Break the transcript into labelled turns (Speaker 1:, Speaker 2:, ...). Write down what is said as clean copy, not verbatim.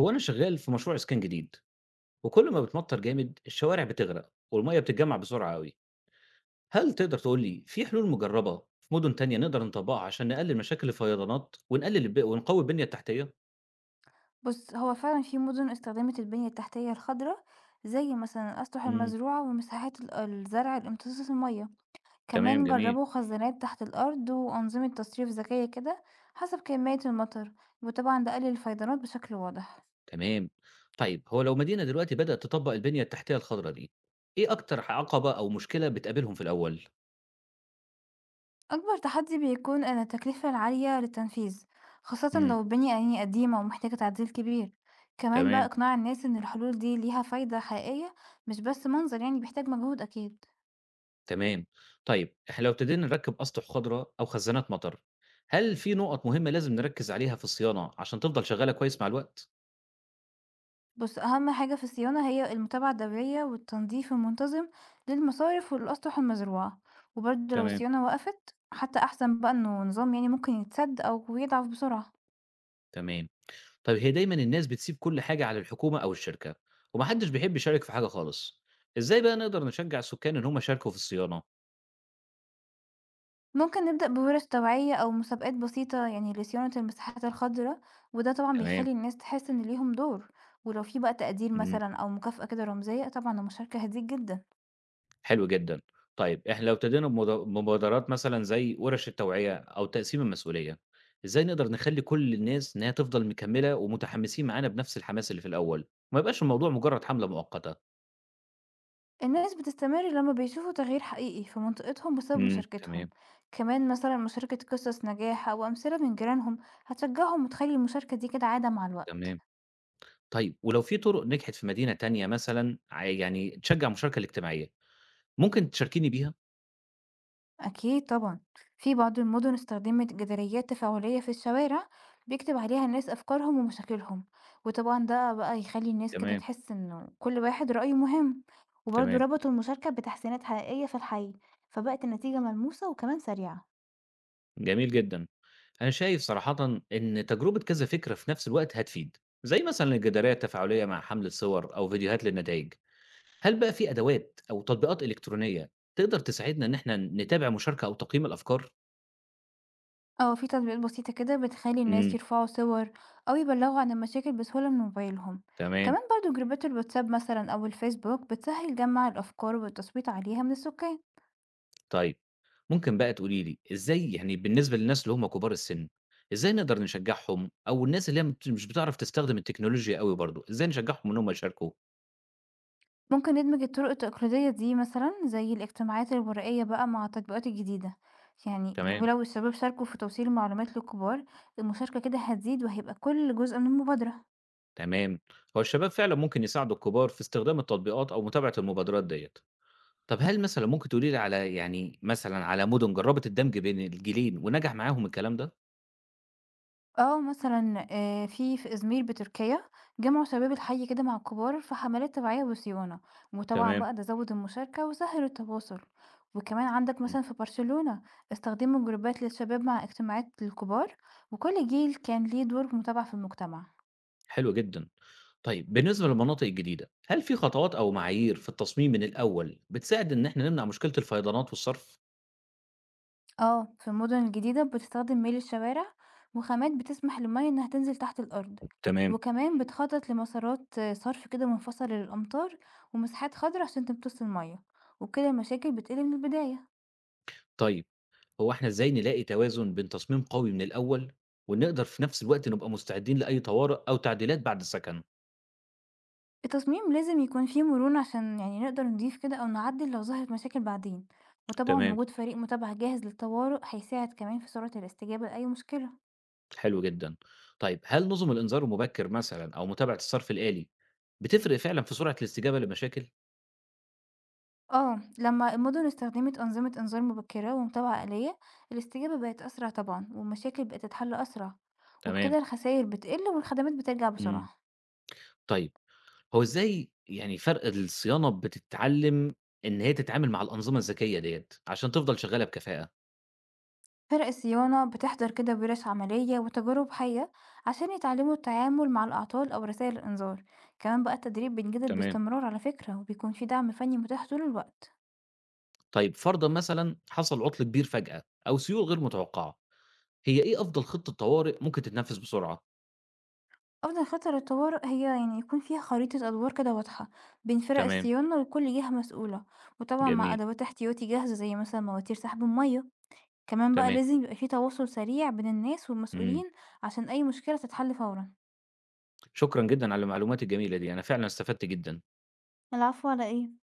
Speaker 1: هو أنا شغال في مشروع إسكان جديد وكل ما بتمطر جامد الشوارع بتغرق والمية بتتجمع بسرعة قوي. هل تقدر تقول لي في حلول مجربة في مدن تانية نقدر نطبقها عشان نقلل مشاكل الفيضانات ونقلل ونقوي البنية التحتية؟
Speaker 2: بُص، هو فعلًا في مدن استخدمت البنية التحتية الخضرا، زي مثلًا الأسطح
Speaker 1: امم.
Speaker 2: المزروعة ومساحات الزرع لامتصاص المَيّة،
Speaker 1: تمام،
Speaker 2: كمان
Speaker 1: جميل.
Speaker 2: جربوا خزانات تحت الأرض وأنظمة تصريف ذكية كده حسب كمية المطر، وطبعًا ده قلل الفيضانات بشكل واضح.
Speaker 1: تمام. طيب، هو لو مدينة دلوقتي بدأت تطبق البنية التحتية الخضراء دي، إيه أكتر عقبة أو مشكلة بتقابلهم في الأول؟
Speaker 2: أكبر تحدي بيكون إن التكلفة العالية للتنفيذ، خاصة
Speaker 1: امم.
Speaker 2: لو البنية يعني قديمة ومحتاجة تعديل كبير، كمان بقى
Speaker 1: تمام.
Speaker 2: إقناع الناس إن الحلول دي ليها فايدة حقيقية مش بس منظر، يعني بيحتاج مجهود أكيد.
Speaker 1: تمام. طيب، إحنا لو ابتدينا نركّب أسطح خضرا أو خزانات مطر، هل في نقط مهمة لازم نركّز عليها في الصيانة عشان تفضل شغّالة كويس مع الوقت؟
Speaker 2: بص أهم حاجة في الصيانة هي المتابعة الدورية والتنظيف المنتظم للمصارف والأسطح المزروعة، وبرضه لو
Speaker 1: تمام.
Speaker 2: الصيانة وقفت حتى أحسن بقى إنه نظام يعني ممكن يتسد أو يضعف بسرعة.
Speaker 1: تمام. طيب، هي دايمًا الناس بتسيب كل حاجة على الحكومة أو الشركة، ومحدش بيحب يشارك في حاجة خالص. إزاي بقى نقدر نشجّع السكان إن هم يشاركوا في الصيانة؟
Speaker 2: ممكن نبدأ بورش توعية أو مسابقات بسيطة يعني لصيانة المساحات الخضراء، وده طبعا
Speaker 1: تمام.
Speaker 2: بيخلي الناس تحس إن ليهم دور. ولو في بقى تقدير
Speaker 1: إمم.
Speaker 2: مثلا أو مكافأة كده رمزية طبعا المشاركة هتزيد جدا.
Speaker 1: حلو جدًا. طيب إحنا لو ابتدينا بمبادرات مثلًا زي ورش التوعية أو تقسيم المسؤولية، إزاي نقدر نخلّي كل الناس إنها تفضل مكمّلة ومتحمّسين معانا بنفس الحماس اللي في الأول، وما يبقاش الموضوع مجرّد حملة مؤقتة؟
Speaker 2: الناس بتستمر لما بيشوفوا تغيير حقيقي في منطقتهم بسبب
Speaker 1: إمم،
Speaker 2: مشاركتهم،
Speaker 1: تمام،
Speaker 2: كمان مثلا مشاركة قصص نجاح أو أمثلة من جيرانهم هتشجعهم وتخلي المشاركة دي كده عادة مع الوقت.
Speaker 1: تمام. طيب ولو في طرق نجحت في مدينة تانية مثلًا يعني تشجّع المشاركة الاجتماعية، ممكن تشاركيني بيها؟
Speaker 2: أكيد طبعا. في بعض المدن استخدمت جداريات تفاعلية في الشوارع بيكتب عليها الناس أفكارهم ومشاكلهم، وطبعا ده بقى يخلي الناس كده
Speaker 1: تمام،
Speaker 2: تحس إنه كل واحد رأيه مهم، وبرضه
Speaker 1: تمام،
Speaker 2: ربطوا المشاركة بتحسينات حقيقية في الحي، فبقت النتيجة ملموسة وكمان سريعة.
Speaker 1: جميل جدًا. أنا شايف صراحةً إن تجربة كذا فكرة في نفس الوقت هتفيد، زي مثلًا الجدارية التفاعلية مع حمل صور أو فيديوهات للنتايج. هل بقى في أدوات أو تطبيقات إلكترونية تقدر تساعدنا إن إحنا نتابع مشاركة أو تقييم الأفكار؟
Speaker 2: اه في تطبيقات بسيطة كده بتخلي الناس
Speaker 1: امم.
Speaker 2: يرفعوا صور أو يبلغوا عن المشاكل بسهولة من موبايلهم،
Speaker 1: تمام.
Speaker 2: كمان برضو جروبات الواتساب مثلا أو الفيسبوك بتسهل جمع الأفكار والتصويت عليها من السكان.
Speaker 1: طيب، ممكن بقى تقولي لي إزاي يعني بالنسبة للناس اللي هم كبار السن، إزاي نقدر نشجعهم أو الناس اللي هي مش بتعرف تستخدم التكنولوجيا قوي برضو، إزاي نشجعهم إن هم يشاركوا؟
Speaker 2: ممكن ندمج الطرق التقليدية دي مثلا زي الاجتماعات الورقية بقى مع التطبيقات الجديدة، يعني
Speaker 1: تمام.
Speaker 2: ولو الشباب شاركوا في توصيل المعلومات للكبار المشاركة كده هتزيد وهيبقى كل جزء من المبادرة.
Speaker 1: تمام. هو الشباب فعلا ممكن يساعدوا الكبار في استخدام التطبيقات أو متابعة المبادرات ديت. طب هل مثلا ممكن تقولي لي على يعني مثلا على مدن جربت الدمج بين الجيلين ونجح معاهم الكلام ده؟
Speaker 2: آه مثلًا في في إزمير بتركيا جمعوا شباب الحي كده مع الكبار في حملات توعية وصيانة، وطبعًا
Speaker 1: تمام.
Speaker 2: بقى ده زوّد المشاركة وسهّل التواصل، وكمان عندك مثلًا في برشلونة استخدموا جروبات للشباب مع اجتماعات للكبار، وكل جيل كان ليه دور متابعة في المجتمع.
Speaker 1: حلو جدًا. طيب، بالنسبة للمناطق الجديدة، هل في خطوات أو معايير في التصميم من الأول بتساعد إن إحنا نمنع مشكلة الفيضانات والصرف؟
Speaker 2: اه في المدن الجديدة بتستخدم ميل الشوارع وخامات بتسمح للمية انها تنزل تحت الأرض،
Speaker 1: تمام.
Speaker 2: وكمان بتخطط لمسارات صرف كده منفصلة للأمطار ومساحات خضراء عشان تمتص المية، وبكده المشاكل بتقل من البداية.
Speaker 1: طيب، هو إحنا إزاي نلاقي توازن بين تصميم قوي من الأول، ونقدر في نفس الوقت نبقى مستعدين لأي طوارئ أو تعديلات بعد السكن؟
Speaker 2: التصميم لازم يكون فيه مرونة عشان يعني نقدر نضيف كده أو نعدل لو ظهرت مشاكل بعدين، وطبعا
Speaker 1: تمام.
Speaker 2: وجود فريق متابعة جاهز للطوارئ هيساعد كمان في سرعة الاستجابة لأي مشكلة.
Speaker 1: حلو جدًا. طيب، هل نظم الإنذار المبكر مثلًا أو متابعة الصرف الآلي بتفرق فعلًا في سرعة الاستجابة لمشاكل؟
Speaker 2: لما المدن استخدمت أنظمة إنذار مبكرة ومتابعة آلية الاستجابة بقت أسرع طبعا والمشاكل بقت تتحل أسرع،
Speaker 1: تمام.
Speaker 2: وبكده الخسائر بتقل والخدمات بترجع
Speaker 1: إمم.
Speaker 2: بسرعة.
Speaker 1: طيب، هو إزاي يعني فرق الصيانة بتتعلّم إن هي تتعامل مع الأنظمة الذكية ديّة، عشان تفضل شغّالة بكفاءة.
Speaker 2: فرق الصيانة بتحضر كده ورش عملية وتجارب حية عشان يتعلموا التعامل مع الأعطال أو رسائل الإنذار، كمان بقى التدريب بيتجدد
Speaker 1: تمام.
Speaker 2: باستمرار على فكرة وبيكون في دعم فني متاح طول الوقت.
Speaker 1: طيب فرضًا مثلًا حصل عُطل كبير فجأة أو سيول غير متوقعة، هي إيه أفضل خطة طوارئ ممكن تتنفّذ بسرعة؟
Speaker 2: أفضل خطة للطوارئ هي يعني يكون فيها خريطة أدوار كده واضحة بين فرق
Speaker 1: تمام،
Speaker 2: الصيانة وكل جهة مسؤولة، وطبعا مع
Speaker 1: جميل،
Speaker 2: أدوات احتياطي جاهزة زي مثلا مواتير سحب المية، كمان بقى
Speaker 1: تمام.
Speaker 2: لازم يبقى فيه تواصل سريع بين الناس
Speaker 1: إمم،
Speaker 2: والمسؤولين عشان أي مشكلة تتحل فورا.
Speaker 1: شكرًا جدًا على المعلومات الجميلة دي، أنا فعلًا استفدت جدًا.
Speaker 2: العفو على ايه.